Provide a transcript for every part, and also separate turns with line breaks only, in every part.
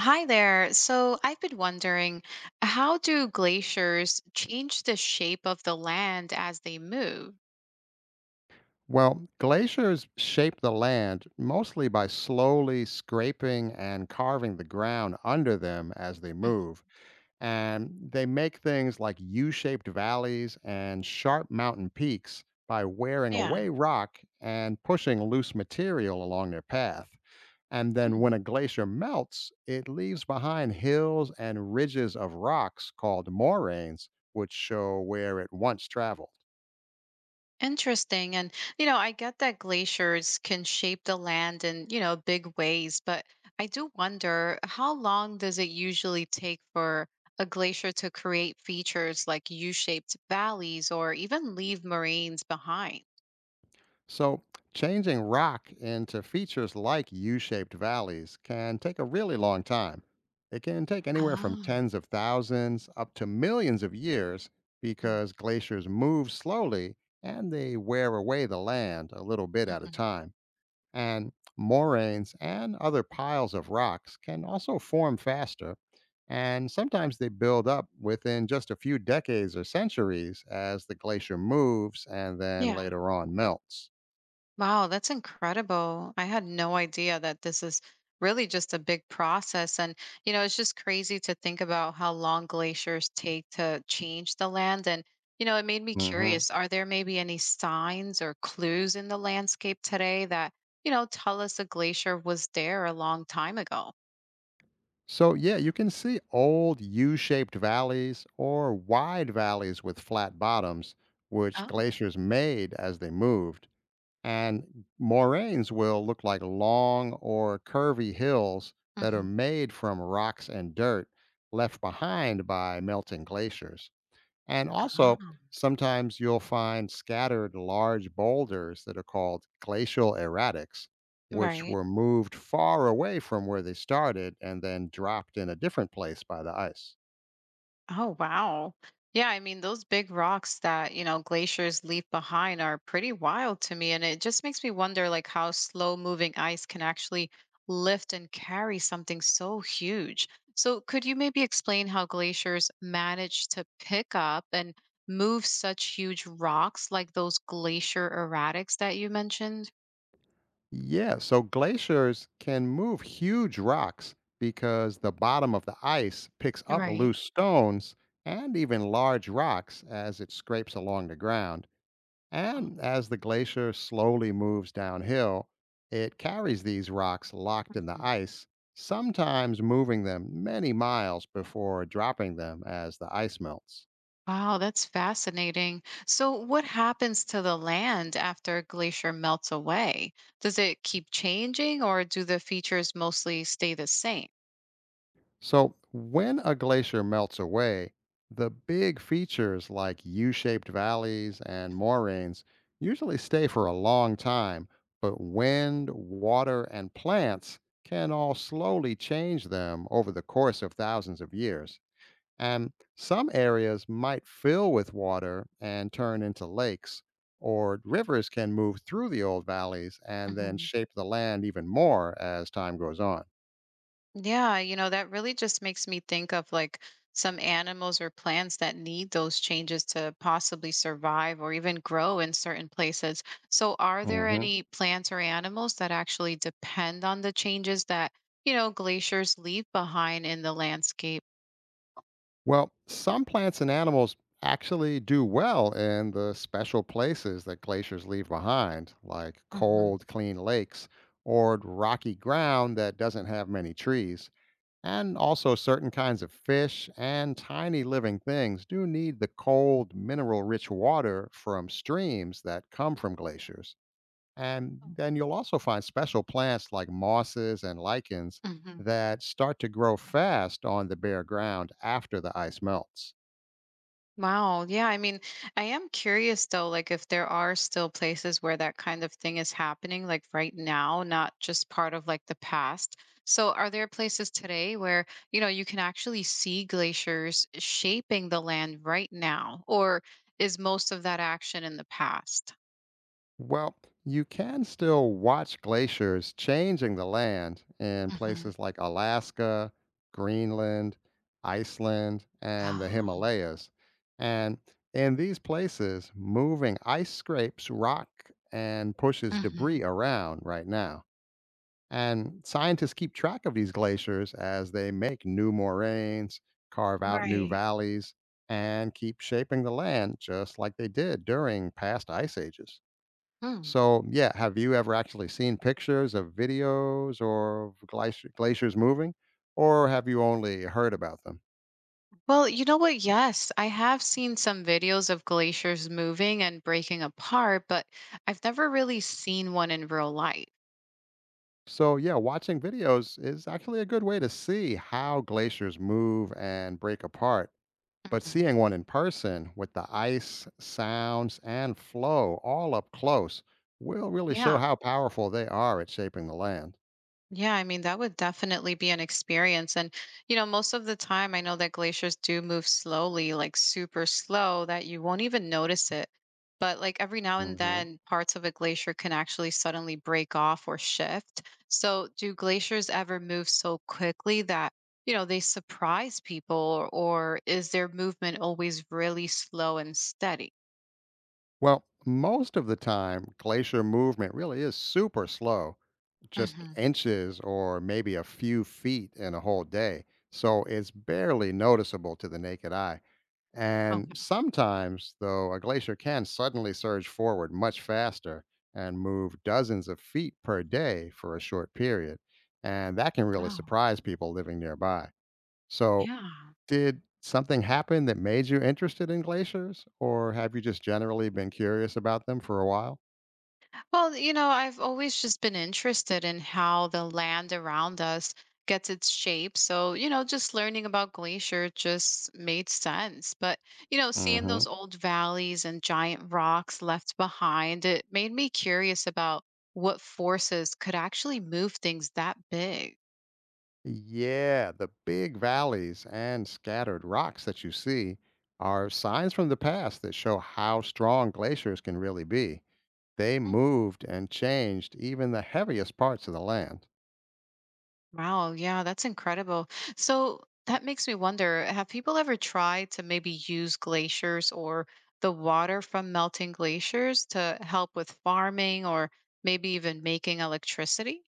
Hi there. So I've been wondering, how do glaciers change the shape of the land as they move?
Well, glaciers shape the land mostly by slowly scraping and carving the ground under them as they
Mhm.
move. And they make things like U shaped valleys and sharp mountain peaks by wearing
Yeah.
away rock and pushing loose material along their path. And then
Hmm.
when a glacier melts, it leaves behind hills and ridges of rocks called moraines, which show where it once traveled.
Interesting. And, I get that glaciers can shape the land in, big ways, but I do wonder how long does it usually take for a glacier to create features like U-shaped valleys or even leave moraines behind?
So, changing rock into features like U shaped valleys can take a really long time. It can take anywhere from
Ah,
tens of thousands up to millions of years
mm,
because glaciers move slowly and they wear away the land a little bit at a
mhm.
time. And moraines and other piles of rocks can also form faster. And sometimes they build up within just a few decades or centuries as the glacier moves and then
Yeah.
later on melts.
Wow, that's incredible. I had no idea that this is really just a big process. And, it's just crazy to think about how long glaciers take to change the land. And, it made me
Hmm.
curious are there maybe any signs or clues in the landscape today that, tell us a glacier was there a long time ago?
So, yeah, you can see old U shaped valleys or wide valleys with flat bottoms, which
Oh,
glaciers made as they moved. And moraines will look like long or curvy hills that are
hmm.
made from rocks and dirt left behind by melting glaciers. And also,
Ah,
sometimes you'll find scattered large boulders that are called glacial erratics, which
right.
were moved far away from where they started and then dropped in a different place by the ice.
Oh, wow. Yeah, I mean, those big rocks that, glaciers leave behind are pretty wild to me. And it just makes me wonder, like, how slow moving ice can actually lift and carry something so huge. So, could you maybe explain how glaciers manage to pick up and move such huge rocks like those glacier erratics that you mentioned?
Yeah, so glaciers can move huge rocks because the bottom of the ice picks up
Right.
loose stones and even large rocks as it scrapes along the ground. And as the glacier slowly moves downhill, it carries these rocks locked in the ice, sometimes moving them many miles before dropping them as the ice melts.
Wow, that's fascinating. So, what happens to the land after a glacier melts away? Does it keep changing or do the features mostly stay the same?
So, when a glacier melts away, the big features like U shaped valleys and moraines usually stay for a long time, but wind, water, and plants can all slowly change them over the course of thousands of years. And some areas might fill with water and turn into lakes, or rivers can move through the old valleys and then
Mhm.
shape the land even more as time goes on.
Yeah, that really just makes me think of like some animals or plants that need those changes to possibly survive or even grow in certain places. So, are there
Hmm.
any plants or animals that actually depend on the changes that, glaciers leave behind in the landscape?
Well, some plants and animals actually do well in the special places that glaciers leave behind, like
Mhm.
cold, clean lakes or rocky ground that doesn't have many trees. And also, certain kinds of fish and tiny living things do need the cold, mineral rich water from streams that come from glaciers. And then you'll also find special plants like mosses and lichens
Mhm.
that start to grow fast on the bare ground after the ice melts.
Wow. Yeah. I mean, I am curious though, like if there are still places where that kind of thing is happening, like right now, not just part of like the past. So, are there places today where, you can actually see glaciers shaping the land right now? Or is most of that action in the past?
Well, you can still watch glaciers changing the land in
Hmm.
places like Alaska, Greenland, Iceland, and the
Oh,
Himalayas. And in these places, moving ice scrapes rock and pushes debris
hmm.
around right now. And scientists keep track of these glaciers as they make new moraines, carve out new
Right.
valleys, and keep shaping the land just like they did during past ice ages.
Mm.
So, yeah, have you ever actually seen pictures of videos or of glaciers moving, or have you only heard about them?
Well, you know what? Yes, I have seen some videos of glaciers moving and breaking apart, but I've never really seen one in real life.
So, yeah, watching videos is actually a good way to see how glaciers move and break apart. But
Mhm.
seeing one in person with the ice, sounds, and flow all up close will really show
Yeah.
how powerful they are at shaping the land.
Yeah, I mean, that would definitely be an experience. And, most of the time, I know that glaciers do move slowly, like super slow, that you won't even notice it. But, like, every now and
Hmm.
then, parts of a glacier can actually suddenly break off or shift. So, do glaciers ever move so quickly that, they surprise people, or is their movement always really slow and steady?
Well, most of the time, glacier movement really is super slow, just
Hmm.
inches or maybe a few feet in a whole day. So it's barely noticeable to the naked eye. And
Okay.
sometimes, though, a glacier can suddenly surge forward much faster and move dozens of feet per day for a short period. And that can really
Wow.
surprise people living nearby. So,
Yeah.
did something happen that made you interested in glaciers, or have you just generally been curious about them for a while?
Well, I've always just been interested in how the land around us gets its shape. So, just learning about glacier just made sense. But, seeing
Mhm.
those old valleys and giant rocks left behind, it made me curious about what forces could actually move things that big.
Yeah, the big valleys and scattered rocks that you see are signs from the past that show how strong glaciers can really be. They moved and changed even the heaviest parts of the land.
Wow, yeah, that's incredible. So that makes me wonder, have people ever tried to maybe use glaciers or the water from melting glaciers to help with farming or maybe even making electricity?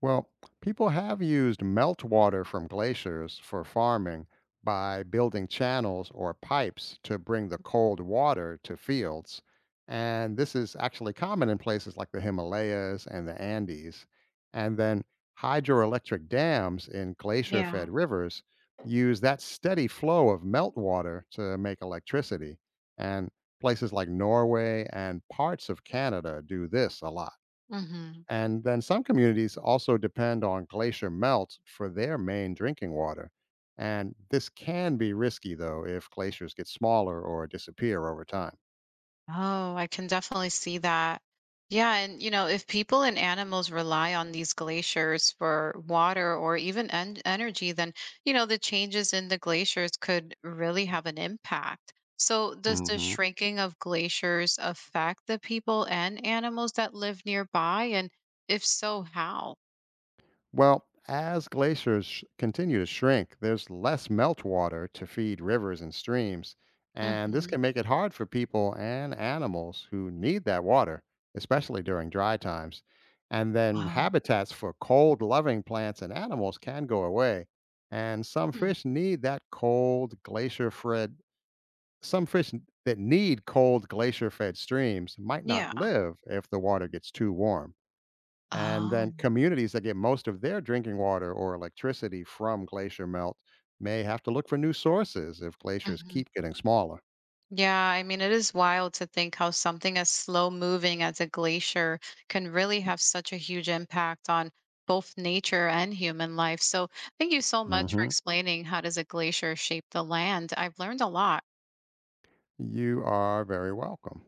Well, people have used meltwater from glaciers for farming by building channels or pipes to bring the cold water to fields. And this is actually common in places like the Himalayas and the Andes. And then hydroelectric dams in glacier
Yeah.
fed rivers use that steady flow of meltwater to make electricity. And places like Norway and parts of Canada do this a lot.
Mhm.
And then some communities also depend on glacier melt for their main drinking water. And this can be risky, though, if glaciers get smaller or disappear over time.
Oh, I can definitely see that. Yeah, and if people and animals rely on these glaciers for water or even en energy, then the changes in the glaciers could really have an impact. So, does the
Hmm.
shrinking of glaciers affect the people and animals that live nearby? And if so, how?
Well, as glaciers continue to shrink, there's less meltwater to feed rivers and streams, and this
Hmm.
can make it hard for people and animals who need that water, especially during dry times. And then
Oh,
habitats for cold loving plants and animals can go away, and
hmm,
that need cold glacier fed streams might not
yeah.
live if the water gets too warm. And
Oh.
then communities that get most of their drinking water or electricity from glacier melt may have to look for new sources if glaciers
Mhm.
keep getting smaller.
Yeah, I mean, it is wild to think how something as slow moving as a glacier can really have such a huge impact on both nature and human life. So, thank you so much for
Hmm.
explaining how does a glacier shape the land. I've learned a lot.
You are very welcome.